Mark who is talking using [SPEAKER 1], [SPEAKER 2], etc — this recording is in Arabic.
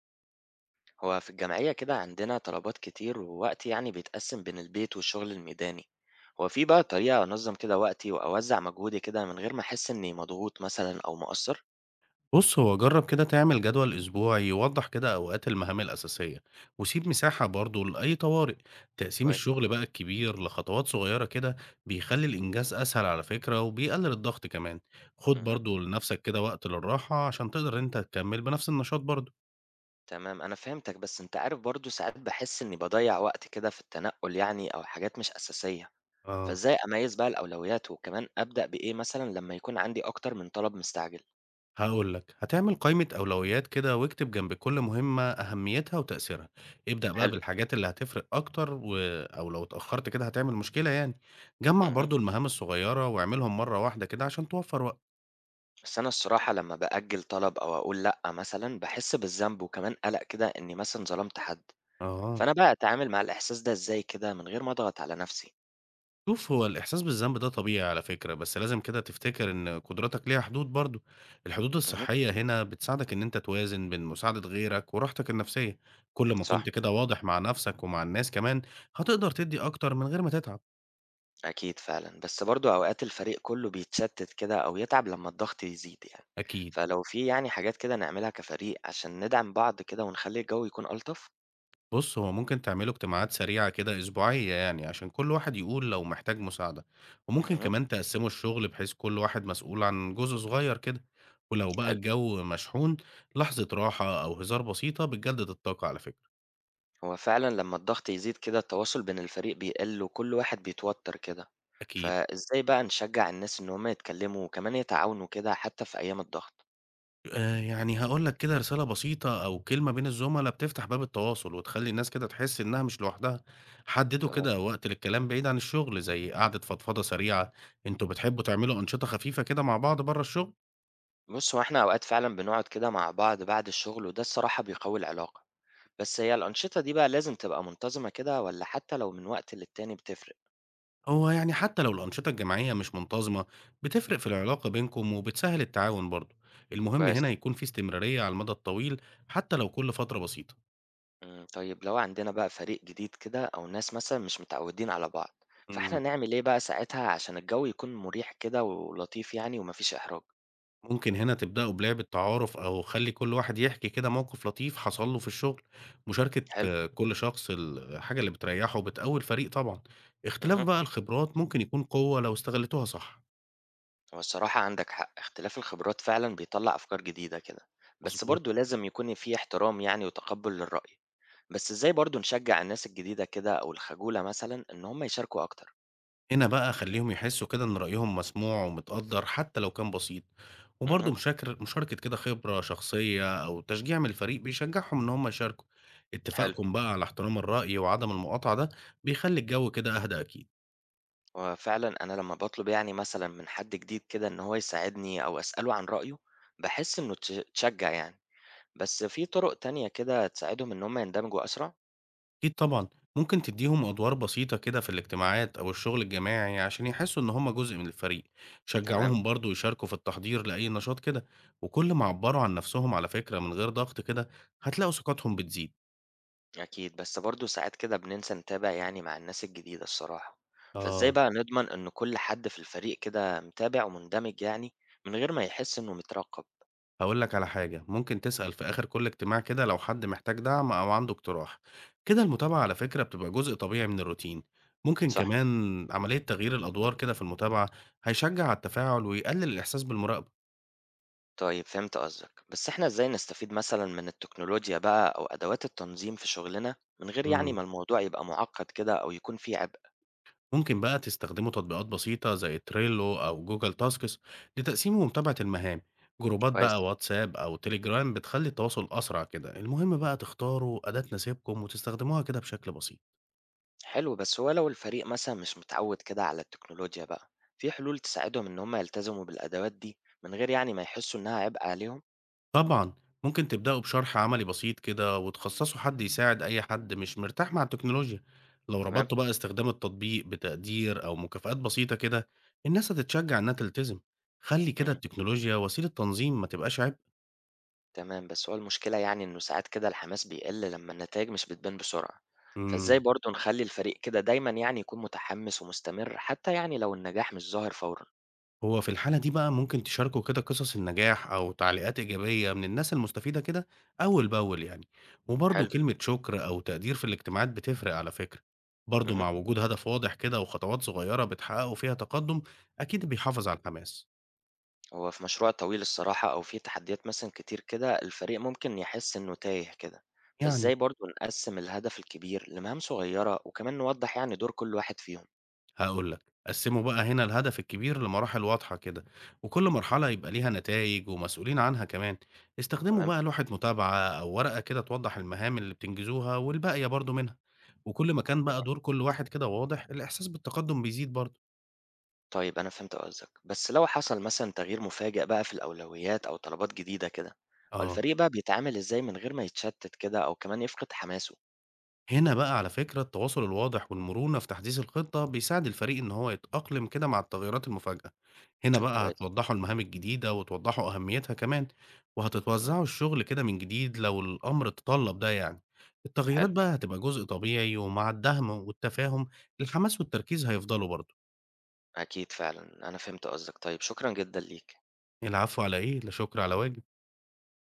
[SPEAKER 1] هو في الجمعية كده عندنا طلبات كتير ووقتي بيتقسم بين البيت والشغل الميداني. هو في بقى طريقة أنظم كده وقتي وأوزع مجهودي كده من غير ما أحس إني مضغوط مثلا أو مقصر؟
[SPEAKER 2] بُص، هو جرّب كده تعمل جدول أسبوعي يوضّح كده أوقات المهام الأساسية، وسيب مساحة برضه لأي طوارئ. تقسيم
[SPEAKER 1] كويس.
[SPEAKER 2] الشغل بقى الكبير لخطوات صغيّرة كده بيخلّي الإنجاز أسهل على فكرة وبيقلل الضغط كمان. خُد
[SPEAKER 1] مه.
[SPEAKER 2] برضه لنفسك كده وقت للراحة عشان تقدر إن أنت تكمّل بنفس النشاط برضه.
[SPEAKER 1] تمام، أنا فهمتك، بس أنت عارف برضو ساعات بحس إني بضيع وقت كده في التنقل أو حاجات مش أساسية.
[SPEAKER 2] آه.
[SPEAKER 1] فإزاي أميز بقى الأولويات وكمان أبدأ بإيه مثلا لما يكون عندي أكتر من طلب مستعجل؟
[SPEAKER 2] هاقول لك، هتعمل قائمة أولويات كده واكتب جنب كل مهمة أهميتها وتأثيرها، ابدأ بقى
[SPEAKER 1] حلو.
[SPEAKER 2] بالحاجات اللي هتفرق أكتر و أو لو اتأخرت كده هتعمل مشكلة يعني، جمّع
[SPEAKER 1] مه.
[SPEAKER 2] برضه المهام الصغيرة واعملهم مرة واحدة كده عشان توفّر وقت.
[SPEAKER 1] بس أنا الصراحة لمّا بأجّل طلب أو أقول لأ مثلًا، باحس بالذنب وكمان قَلَق كده إنّي مثلًا ظلمت حد،
[SPEAKER 2] أها.
[SPEAKER 1] فأنا بقى أتعامل مع الإحساس ده إزاي كده من غير ما أضغط على نَفْسي؟
[SPEAKER 2] شوف هو الإحساس بالذنب ده طبيعي على فكرة، بس لازم كده تفتكر إن قدراتك ليها حدود برضه، الحدود
[SPEAKER 1] اهم.
[SPEAKER 2] الصحية هنا بتساعدك إن أنت توازن بين مساعدة غيرك وراحتك النفسية، كل ما
[SPEAKER 1] صح.
[SPEAKER 2] كنت كده واضح مع نفسك ومع الناس كمان، هتقدر تدّي أكتر من غير ما تتعب،
[SPEAKER 1] أكيد فعلًا، بس برضه أوقات الفريق كُلّه بيتشتّت كده أو يتعب لمّا الضغط يزيد يعني،
[SPEAKER 2] أكيد.
[SPEAKER 1] فلو في حاجات كده نعملها كفريق عشان ندعم بعض كده ونخلّي الجو يكون ألطف؟
[SPEAKER 2] بُص، هو ممكن تعملوا اجتماعات سريعة كده أسبوعية يعني، عشان كل واحد يقول لو محتاج مساعدة، وممكن
[SPEAKER 1] اهم.
[SPEAKER 2] كمان تقسّموا الشغل بحيث كل واحد مسؤول عن جزء صغير كده، ولو بقى
[SPEAKER 1] حلو.
[SPEAKER 2] الجو مشحون لحظة راحة أو هزار بسيطة بتجدد الطاقة على فكرة،
[SPEAKER 1] هو فعلًا لمّا الضغط يزيد كده التواصل بين الفريق بيقل وكل واحد بيتوتر كده،
[SPEAKER 2] أكيد.
[SPEAKER 1] فإزاي بقى نشجّع الناس إن هم يتكلموا وكمان يتعاونوا كده حتى في أيام الضغط؟
[SPEAKER 2] يعني هاقول لك كده رسالة بسيطة أو كلمة بين الزملا بتفتح باب التواصل وتخلّي الناس كده تحس إنها مش لوحدها. حددوا
[SPEAKER 1] تمام.
[SPEAKER 2] كده وقت للكلام بعيد عن الشغل زي قعدة فضفضة سريعة، أنتم بتحبوا تعملوا أنشطة خفيفة كده مع بعض برّه الشغل؟
[SPEAKER 1] بُص، هو إحنا أوقات فعلًا بنقعد كده مع بعض بعد الشغل وده الصراحة بيقوي العلاقة، بس هي الأنشطة دي بقى لازم تبقى منتظمة كده والّا حتى لو من وقت للتاني بتفرق؟
[SPEAKER 2] هو يعني حتى لو الأنشطة الجماعية مش منتظمة بتفرق في العلاقة بينكم وبتسهل التعاون برضه، المهم
[SPEAKER 1] كويس.
[SPEAKER 2] هنا يكون في استمرارية على المدى الطويل حتى لو كل فترة بسيطة.
[SPEAKER 1] إمم، طيب لو عندنا بقى فريق جديد كده أو ناس مثلًا مش متعودين على بعض، فإحنا
[SPEAKER 2] مم.
[SPEAKER 1] نعمل إيه بقى ساعتها عشان الجو يكون مريح كده ولطيف يعني وما فيش إحراج؟
[SPEAKER 2] ممكن هنا تبدأوا بلعبة تعارف أو خلي كل واحد يحكي كده موقف لطيف حصل له في الشغل، مشاركة
[SPEAKER 1] حلو.
[SPEAKER 2] آه، كل شخص الحاجة اللي بتريحه بتقوي الفريق طبعا. اختلاف
[SPEAKER 1] اهم.
[SPEAKER 2] بقى الخبرات ممكن يكون قوة لو استغلتوها صح.
[SPEAKER 1] هو الصراحة عندك حق، اختلاف الخبرات فعلًا بيطلّع أفكار جديدة كده، بس
[SPEAKER 2] مظبوط.
[SPEAKER 1] برضه لازم يكون في احترام وتقبُّل للرأي، بس إزاي برضه نشجّع الناس الجديدة كده أو الخجولة مثلًا إن هم يشاركوا أكتر؟
[SPEAKER 2] هنا بقى خليهم يحسوا كده إن رأيهم مسموع ومتقدر حتى لو كان بسيط،
[SPEAKER 1] اهم.
[SPEAKER 2] وبرضه مشاكر مشاركة كده خبرة شخصية أو تشجيع من الفريق بيشجعهم إن هم يشاركوا.
[SPEAKER 1] حلو.
[SPEAKER 2] اتفاقكم بقى على احترام الرأي وعدم المقاطعة ده بيخلي الجو كده أهدى أكيد.
[SPEAKER 1] هو فعلًا أنا لمّا باطلب يعني مثلًا من حد جديد كده إن هو يساعدني أو أسأله عن رأيه، باحس إنه اتشجّع يعني، بس في طُرق تانية كده تساعدهم إن هم يندمجوا أسرع؟
[SPEAKER 2] أكيد طبعا. ممكن تديهم أدوار بسيطة كده في الاجتماعات أو الشغل الجماعي عشان يحسوا إن هم جزء من الفريق،
[SPEAKER 1] تمام.
[SPEAKER 2] شجعوهم برضه يشاركوا في التحضير لأي نشاط كده. وكل ما عبروا عن نفسهم على فكرة من غير ضغط كده هتلاقوا ثقتهم بتزيد.
[SPEAKER 1] أكيد، بس برضه ساعات كده بننسى نتابع يعني مع الناس الجديدة الصراحة، فإزاي
[SPEAKER 2] آه.
[SPEAKER 1] بقى نضمن إن كل حد في الفريق كده متابع ومندمج يعني من غير ما يحس إنه مترقب؟
[SPEAKER 2] هاقول لك على حاجة، ممكن تسأل في آخر كل اجتماع كده لو حد محتاج دعم أو عنده اقتراح، كده المتابعة على فكرة بتبقى جزء طبيعي من الروتين، ممكن
[SPEAKER 1] صح.
[SPEAKER 2] كمان عملية تغيير الأدوار كده في المتابعة هيشجع على التفاعل ويقلل الإحساس بالمراقبة.
[SPEAKER 1] طيب فهمت قصدك، بس إحنا إزاي نستفيد مثلًا من التكنولوجيا بقى أو أدوات التنظيم في شغلنا من غير ما
[SPEAKER 2] امم
[SPEAKER 1] الموضوع يبقى معقد كده أو يكون فيه عبء؟
[SPEAKER 2] ممكن بقى تستخدموا تطبيقات بسيطة زي تريلو أو جوجل تاسكس لتقسيم ومتابعة المهام، جروبات بقى
[SPEAKER 1] كويس.
[SPEAKER 2] واتساب أو تليجرام بتخلي التواصل أسرع كده، المهم بقى تختاروا أداة تناسبكم وتستخدموها كده بشكل بسيط.
[SPEAKER 1] حلو، بس هو لو الفريق مثلًا مش متعود كده على التكنولوجيا بقى، في حلول تساعدهم إن هم يلتزموا بالأدوات دي من غير ما يحسوا إنها عبء عليهم؟
[SPEAKER 2] طبعًا، ممكن تبدأوا بشرح عملي بسيط كده وتخصصوا حد يساعد أي حد مش مرتاح مع التكنولوجيا، لو
[SPEAKER 1] تمام؟
[SPEAKER 2] ربطتوا بقى استخدام التطبيق بتقدير أو مكافآت بسيطة كده، الناس هتتشجع إنها تلتزم، خلّي كده
[SPEAKER 1] إمم.
[SPEAKER 2] التكنولوجيا وسيلة تنظيم ما تبقاش عبء.
[SPEAKER 1] تمام، بس هو المشكلة يعني إنه ساعات كده الحماس بيقل لمّا النتايج مش بتبان بسرعة، فإزاي
[SPEAKER 2] إمم.
[SPEAKER 1] برضه نخلّي الفريق كده دايمًا يعني يكون متحمس ومستمر حتى لو النجاح مش ظاهر فورًا؟
[SPEAKER 2] هو في الحالة دي بقى ممكن تشاركوا كده قصص النجاح أو تعليقات إيجابية من الناس المستفيدة كده أول بأول يعني، وبرضه
[SPEAKER 1] حلو.
[SPEAKER 2] كلمة شكر أو تقدير في الاجتماعات بتفرق على فكرة. برضه
[SPEAKER 1] اهم.
[SPEAKER 2] مع وجود هدف واضح كده وخطوات صغيرة بتحققوا فيها تقدم أكيد بيحافظ على الحماس.
[SPEAKER 1] هو في مشروع طويل الصراحة أو في تحديات مثلًا كتير كده الفريق ممكن يحس إنه تايه كده، فإزاي
[SPEAKER 2] يعني
[SPEAKER 1] برضه نقسّم الهدف الكبير لمهام صغيرة وكمان نوضّح يعني دور كل واحد فيهم؟
[SPEAKER 2] هاقول لك، قسّموا بقى هنا الهدف الكبير لمراحل واضحة كده، وكل مرحلة يبقى ليها نتايج ومسؤولين عنها كمان، استخدموا
[SPEAKER 1] تمام.
[SPEAKER 2] بقى لوحة متابعة أو ورقة كده توضح المهام اللي بتنجزوها والباقية برضه منها، وكل ما كان بقى دور كل واحد كده واضح، الإحساس بالتقدم بيزيد برضه.
[SPEAKER 1] طيب أنا فهمت قصدك، بس لو حصل مثلًا تغيير مفاجئ بقى في الأولويات أو طلبات جديدة كده، هو
[SPEAKER 2] آه.
[SPEAKER 1] الفريق بقى بيتعامل إزاي من غير ما يتشتت كده أو كمان يفقد حماسه؟
[SPEAKER 2] هنا بقى على فكرة التواصل الواضح والمرونة في تحديث الخطة بيساعد الفريق إن هو يتأقلم كده مع التغيرات المفاجئة، هنا
[SPEAKER 1] فكرة
[SPEAKER 2] بقى
[SPEAKER 1] كويس.
[SPEAKER 2] هتوضحوا المهام الجديدة وتوضحوا أهميتها كمان،
[SPEAKER 1] إمم.
[SPEAKER 2] وهتتوزعوا الشغل كده من جديد لو الأمر تطلب ده يعني. التغييرات
[SPEAKER 1] حلو.
[SPEAKER 2] بقى هتبقى جزء طبيعي ومع الدهم والتفاهم الحماس والتركيز هيفضلوا برضه.
[SPEAKER 1] أكيد فعلًا، أنا فهمت قصدك، طيب شكرًا جدًا ليك.
[SPEAKER 2] العفو على إيه، لا شكر على واجب.